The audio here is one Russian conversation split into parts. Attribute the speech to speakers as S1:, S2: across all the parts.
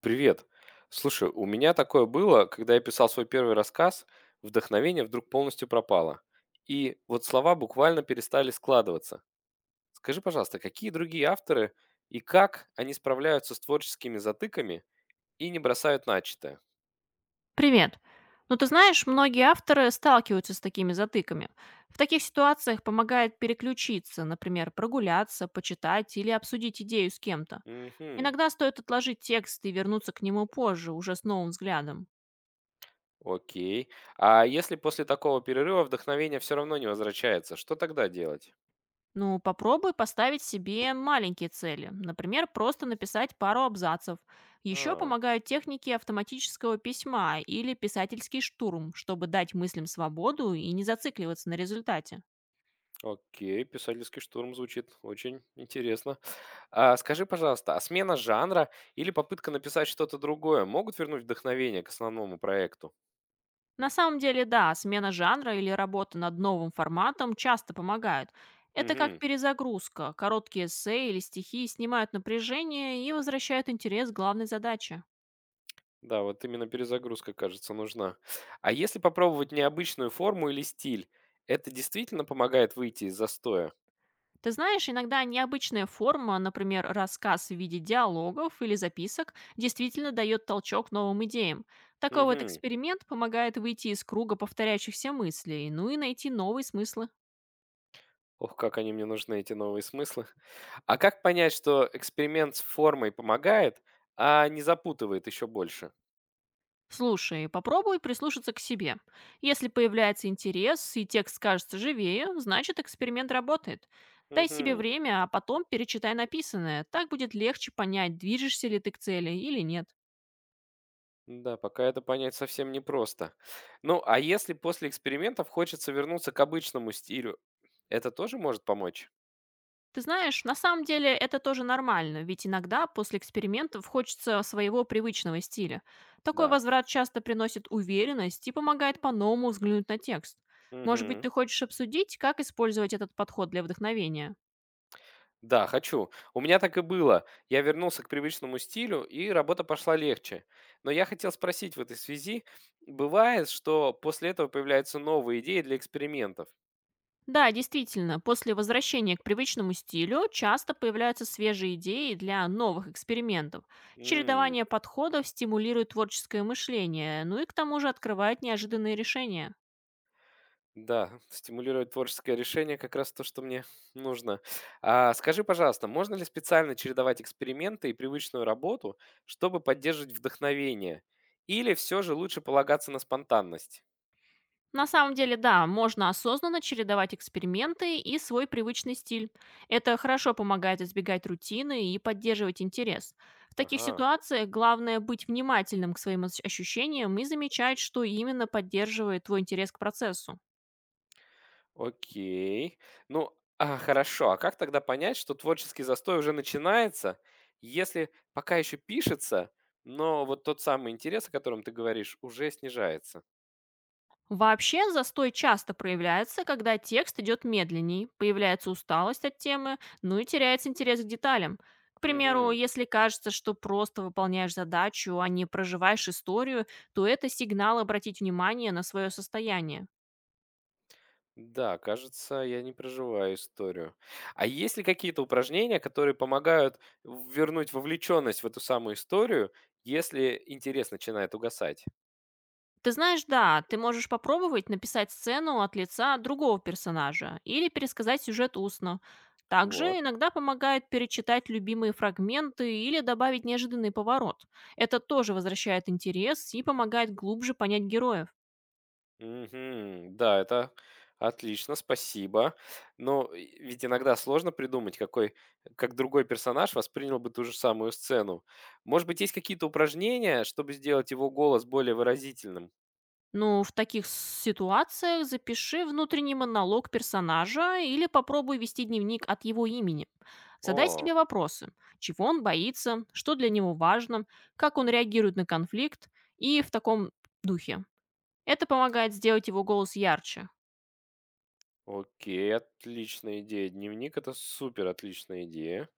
S1: Привет. Слушай, у меня такое было, когда я писал свой первый рассказ, вдохновение вдруг полностью пропало. И вот слова буквально перестали складываться. Скажи, пожалуйста, какие другие авторы и как они справляются с творческими затыками и не бросают начатое?
S2: Привет. Ну, ты знаешь, многие авторы сталкиваются с такими затыками. В таких ситуациях помогает переключиться, например, прогуляться, почитать или обсудить идею с кем-то.
S1: Угу,
S2: Иногда стоит отложить текст и вернуться к нему позже, уже с новым взглядом.
S1: окей. А если после такого перерыва вдохновение все равно не возвращается, что тогда делать?
S2: Ну, попробуй поставить себе маленькие цели. Например, просто написать пару абзацев. Еще
S1: А.
S2: помогают техники автоматического письма или писательский штурм, чтобы дать мыслям свободу и не зацикливаться на результате.
S1: Окей, писательский штурм звучит очень интересно. А скажи, пожалуйста, а смена жанра или попытка написать что-то другое могут вернуть вдохновение к основному проекту?
S2: На самом деле, да, смена жанра или работа над новым форматом часто помогают. Это как
S1: Угу.
S2: перезагрузка. Короткие эссе или стихи снимают напряжение и возвращают интерес к главной задаче.
S1: Да, вот именно перезагрузка, кажется, нужна. А если попробовать необычную форму или стиль, это действительно помогает выйти из застоя?
S2: Ты знаешь, иногда необычная форма, например, рассказ в виде диалогов или записок, действительно дает толчок новым идеям. Такой вот
S1: Угу.
S2: эксперимент помогает выйти из круга повторяющихся мыслей, ну и найти новые смыслы.
S1: Ох, как они мне нужны, эти новые смыслы. А как понять, что эксперимент с формой помогает, а не запутывает еще больше?
S2: Слушай, попробуй прислушаться к себе. Если появляется интерес и текст кажется живее, значит эксперимент работает. Дай себе
S1: Угу.
S2: время, а потом перечитай написанное. Так будет легче понять, движешься ли ты к цели или нет.
S1: Да, пока это понять совсем непросто. Ну, а если после экспериментов хочется вернуться к обычному стилю, это тоже может помочь?
S2: Ты знаешь, на самом деле это тоже нормально, ведь иногда после экспериментов хочется своего привычного стиля. Такой
S1: Да.
S2: возврат часто приносит уверенность и помогает по-новому взглянуть на текст. Может быть,
S1: Мгм.
S2: ты хочешь обсудить, как использовать этот подход для вдохновения?
S1: Да, хочу. У меня так и было. Я вернулся к привычному стилю, и работа пошла легче. Но я хотел спросить в этой связи, бывает, что после этого появляются новые идеи для экспериментов?
S2: Да, действительно, после возвращения к привычному стилю часто появляются свежие идеи для новых экспериментов. Чередование подходов стимулирует творческое мышление, ну и к тому же открывает неожиданные решения.
S1: Да, стимулировать творческое решение как раз то, что мне нужно. А скажи, пожалуйста, можно ли специально чередовать эксперименты и привычную работу, чтобы поддерживать вдохновение? Или все же лучше полагаться на спонтанность?
S2: На самом деле, да, можно осознанно чередовать эксперименты и свой привычный стиль. Это хорошо помогает избегать рутины и поддерживать интерес. В таких
S1: Ага,
S2: ситуациях главное быть внимательным к своим ощущениям и замечать, что именно поддерживает твой интерес к процессу.
S1: окей. Ну, а, хорошо, а как тогда понять, что творческий застой уже начинается, если пока еще пишется, но вот тот самый интерес, о котором ты говоришь, уже снижается?
S2: Вообще, застой часто проявляется, когда текст идет медленней, появляется усталость от темы, ну и теряется интерес к деталям. К примеру,
S1: Мгм.
S2: если кажется, что просто выполняешь задачу, а не проживаешь историю, то это сигнал обратить внимание на свое состояние.
S1: Да, кажется, я не проживаю историю. А есть ли какие-то упражнения, которые помогают вернуть вовлеченность в эту самую историю, если интерес начинает угасать?
S2: Ты знаешь, да, ты можешь попробовать написать сцену от лица другого персонажа или пересказать сюжет устно. Также
S1: Вот.
S2: иногда помогает перечитать любимые фрагменты или добавить неожиданный поворот. Это тоже возвращает интерес и помогает глубже понять героев.
S1: Мгм. Да, это отлично, спасибо. Но ведь иногда сложно придумать, какой, как другой персонаж воспринял бы ту же самую сцену. Может быть, есть какие-то упражнения, чтобы сделать его голос более выразительным?
S2: Ну, в таких ситуациях запиши внутренний монолог персонажа или попробуй вести дневник от его имени. Задай
S1: О.
S2: себе вопросы, чего он боится, что для него важно, как он реагирует на конфликт и в таком духе. Это помогает сделать его голос ярче.
S1: Окей, отличная идея. Дневник — это супер отличная идея.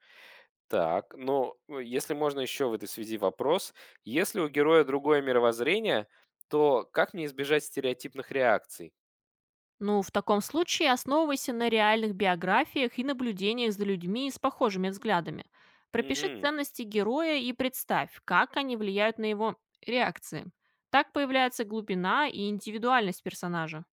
S1: Так, но, если можно еще в этой связи вопрос. Если у героя другое мировоззрение, то как мне избежать стереотипных реакций?
S2: Ну, в таком случае основывайся на реальных биографиях и наблюдениях за людьми с похожими взглядами. Пропиши
S1: Мгм.
S2: ценности героя и представь, как они влияют на его реакции. Так появляется глубина и индивидуальность персонажа.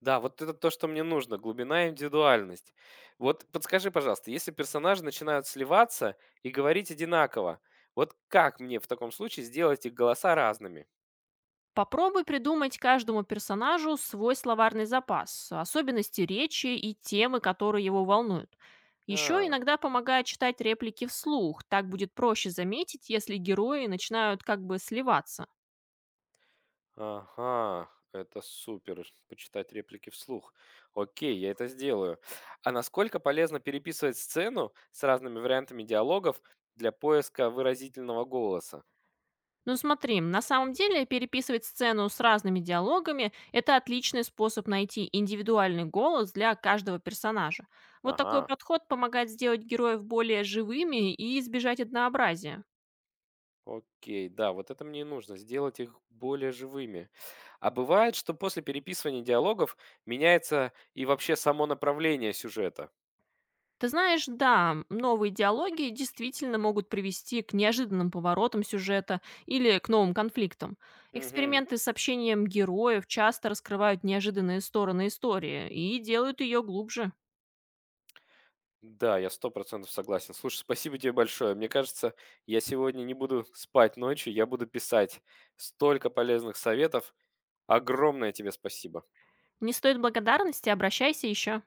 S1: Да, вот это то, что мне нужно, глубина и индивидуальность. Вот подскажи, пожалуйста, если персонажи начинают сливаться и говорить одинаково, вот как мне в таком случае сделать их голоса разными?
S2: Попробуй придумать каждому персонажу свой словарный запас, особенности речи и темы, которые его волнуют. Еще
S1: А.
S2: иногда помогает читать реплики вслух, так будет проще заметить, если герои начинают как бы сливаться.
S1: Ага, это супер, почитать реплики вслух. Окей, я это сделаю. А насколько полезно переписывать сцену с разными вариантами диалогов для поиска выразительного голоса?
S2: Ну смотри, на самом деле переписывать сцену с разными диалогами– это отличный способ найти индивидуальный голос для каждого персонажа. Вот такой
S1: Ага,
S2: подход помогает сделать героев более живыми и избежать однообразия.
S1: окей, да, вот это мне и нужно, сделать их более живыми. А бывает, что после переписывания диалогов меняется и вообще само направление сюжета.
S2: Ты знаешь, да, новые диалоги действительно могут привести к неожиданным поворотам сюжета или к новым конфликтам.
S1: Угу.
S2: Эксперименты с общением героев часто раскрывают неожиданные стороны истории и делают ее глубже.
S1: Да, я 100% согласен. Слушай, спасибо тебе большое. Мне кажется, я сегодня не буду спать ночью, я буду писать. Столько полезных советов. Огромное тебе спасибо.
S2: Не стоит благодарности, обращайся еще.